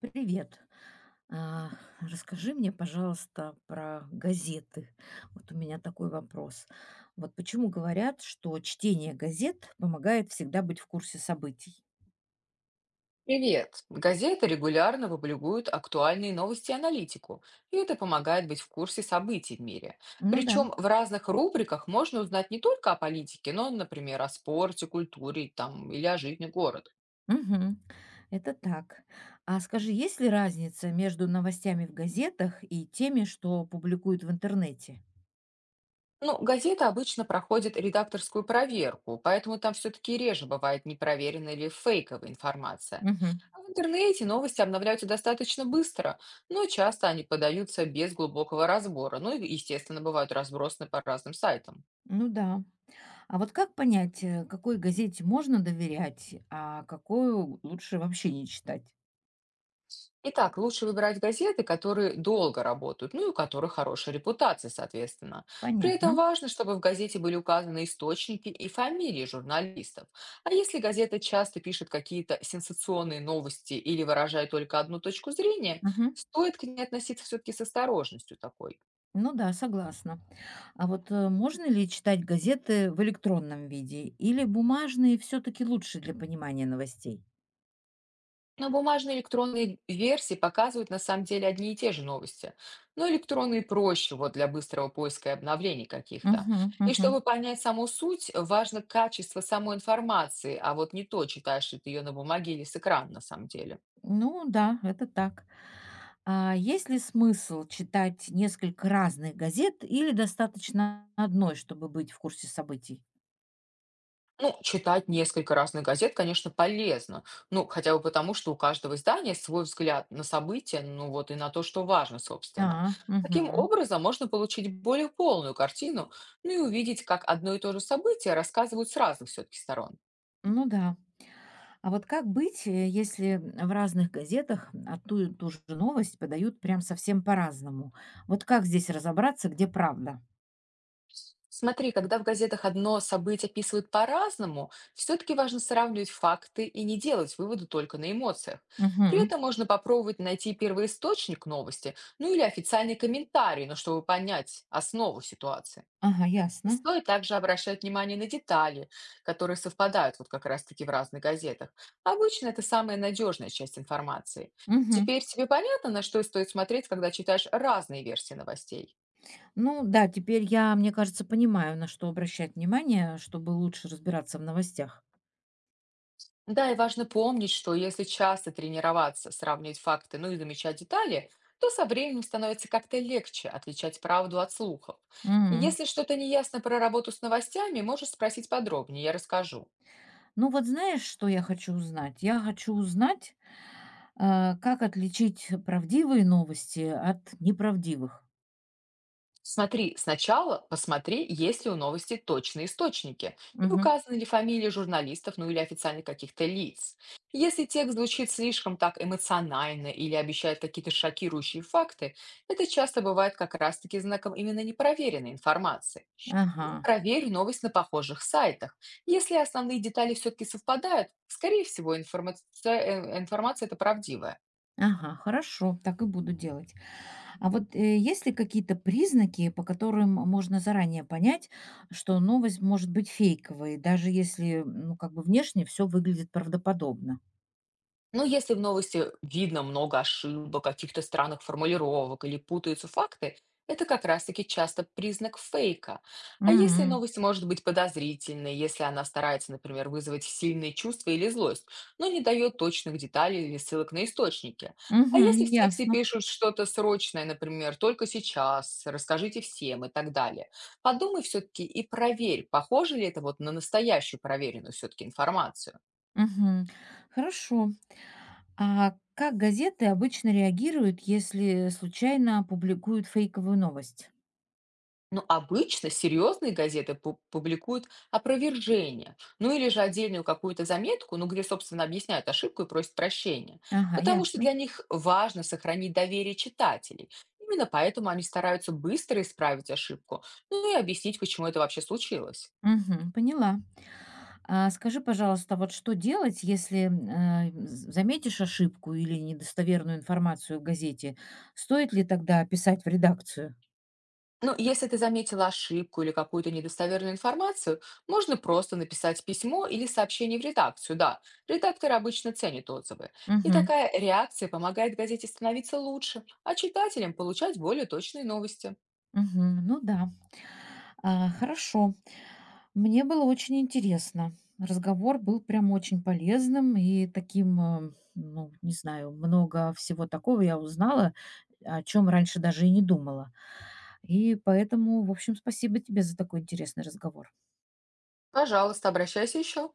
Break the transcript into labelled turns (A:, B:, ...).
A: Привет. А, Расскажи мне, пожалуйста, про газеты. Вот у меня такой вопрос. Вот почему говорят, что чтение газет помогает всегда быть в курсе событий?
B: Привет! Газеты регулярно публикуют актуальные новости и аналитику, и это помогает быть в курсе событий в мире.
A: Ну да.
B: Причем в разных рубриках можно узнать не только о политике, но, например, о спорте, культуре там, или о жизни города.
A: Мгм. Это так. А скажи, есть ли разница между новостями в газетах и теми, что публикуют в интернете?
B: Ну, газеты обычно проходят редакторскую проверку, поэтому там все-таки реже бывает непроверенная или фейковая информация.
A: Мгм.
B: А в интернете новости обновляются достаточно быстро, но часто они подаются без глубокого разбора. Ну и, естественно, бывают разбросаны по разным сайтам.
A: Ну да. А вот как понять, какой газете можно доверять, а какую лучше вообще не читать?
B: Итак, лучше выбирать газеты, которые долго работают, ну и у которых хорошая репутация, соответственно. При этом
A: Понятно.
B: важно, чтобы в газете были указаны источники и фамилии журналистов. А если газета часто пишет какие-то сенсационные новости или выражает только одну точку зрения,
A: Мгм.
B: стоит к ней относиться все-таки с осторожностью такой.
A: Ну да, согласна. А вот можно ли читать газеты в электронном виде или бумажные все-таки лучше для понимания новостей?
B: Но бумажные и электронные версии показывают на самом деле одни и те же новости. Но электронные проще вот для быстрого поиска и обновлений каких-то.
A: Мгм,
B: И
A: мгм.
B: чтобы понять саму суть, важно качество самой информации, а вот не то, читаешь ли ты ее на бумаге или с экрана на самом деле.
A: Ну да, это так. А есть ли смысл читать несколько разных газет или достаточно одной, чтобы быть в курсе событий?
B: Ну, читать несколько разных газет, конечно, полезно. Ну, хотя бы потому, что у каждого издания свой взгляд на события, ну вот и на то, что важно,
A: А,
B: собственно. Таким
A: мгм.
B: образом, можно получить более полную картину, ну и увидеть, как одно и то же событие рассказывают с разных все-таки сторон.
A: Ну да. А вот как быть, если в разных газетах одну и ту же новость подают прям совсем по-разному? Вот как здесь разобраться, где правда?
B: Смотри, когда в газетах одно событие описывают по-разному, все-таки важно сравнивать факты и не делать выводы только на эмоциях. При
A: Мгм.
B: этом можно попробовать найти первоисточник новости, ну или официальный комментарий, но чтобы понять основу ситуации.
A: Ага,
B: И
A: ясно.
B: стоит также обращать внимание на детали, которые совпадают вот как раз-таки в разных газетах. Обычно это самая надежная часть информации.
A: Мгм.
B: Теперь тебе понятно, на что стоит смотреть, когда читаешь разные версии новостей?
A: Ну да, теперь я, мне кажется, понимаю, на что обращать внимание, чтобы лучше разбираться в новостях.
B: Да, и важно помнить, что если часто тренироваться, сравнивать факты, ну и замечать детали, то со временем становится как-то легче отличать правду от слухов.
A: Мгм.
B: Если что-то неясно про работу с новостями, можешь спросить подробнее, я расскажу.
A: Ну вот знаешь, что я хочу узнать? Я хочу узнать, а, как отличить правдивые новости от неправдивых.
B: Смотри, сначала посмотри, есть ли у новости точные источники и
A: Мгм.
B: указаны ли фамилии журналистов, ну или официальных каких-то лиц. Если текст звучит слишком так эмоционально или обещает какие-то шокирующие факты, это часто бывает как раз-таки знаком именно непроверенной информации. И
A: Ага.
B: проверь новость на похожих сайтах. Если основные детали все-таки совпадают, скорее всего, информация это правдивая.
A: Ага, хорошо, так и буду делать. А вот есть ли какие-то признаки, по которым можно заранее понять, что новость может быть фейковой, даже если, ну, как бы внешне все выглядит правдоподобно?
B: Ну, если в новости видно много ошибок, каких-то странных формулировок или путаются факты, это как раз-таки часто признак фейка. А если
A: Мгм.
B: новость может быть подозрительной, если она старается, например, вызвать сильные чувства или злость, но не дает точных деталей или ссылок на источники. А
A: Мгм,
B: если в тексте
A: ясно.
B: пишут что-то срочное, например, только сейчас, расскажите всем и так далее, подумай все-таки и проверь, похоже ли это вот на настоящую проверенную все-таки информацию.
A: Мгм. Хорошо. А как газеты обычно реагируют, если случайно публикуют фейковую новость?
B: Ну, обычно серьезные газеты публикуют опровержение, ну или же отдельную какую-то заметку, ну где, собственно, объясняют ошибку и просят прощения,
A: Ага,
B: потому что
A: ясно.
B: для них важно сохранить доверие читателей. Именно поэтому они стараются быстро исправить ошибку, ну и объяснить, почему это вообще случилось.
A: Мгм. Поняла. А скажи, пожалуйста, вот что делать, если, заметишь ошибку или недостоверную информацию в газете? Стоит ли тогда писать в редакцию?
B: Ну, если ты заметила ошибку или какую-то недостоверную информацию, можно просто написать письмо или сообщение в редакцию. Да, редакторы обычно ценят отзывы. И
A: Мгм.
B: такая реакция помогает газете становиться лучше, а читателям получать более точные новости.
A: Мгм. Ну да. А, хорошо. Мне было очень интересно. Разговор был прям очень полезным и таким, ну, не знаю, много всего такого я узнала, о чем раньше даже и не думала. И поэтому, в общем, спасибо тебе за такой интересный разговор.
B: Пожалуйста, обращайся еще.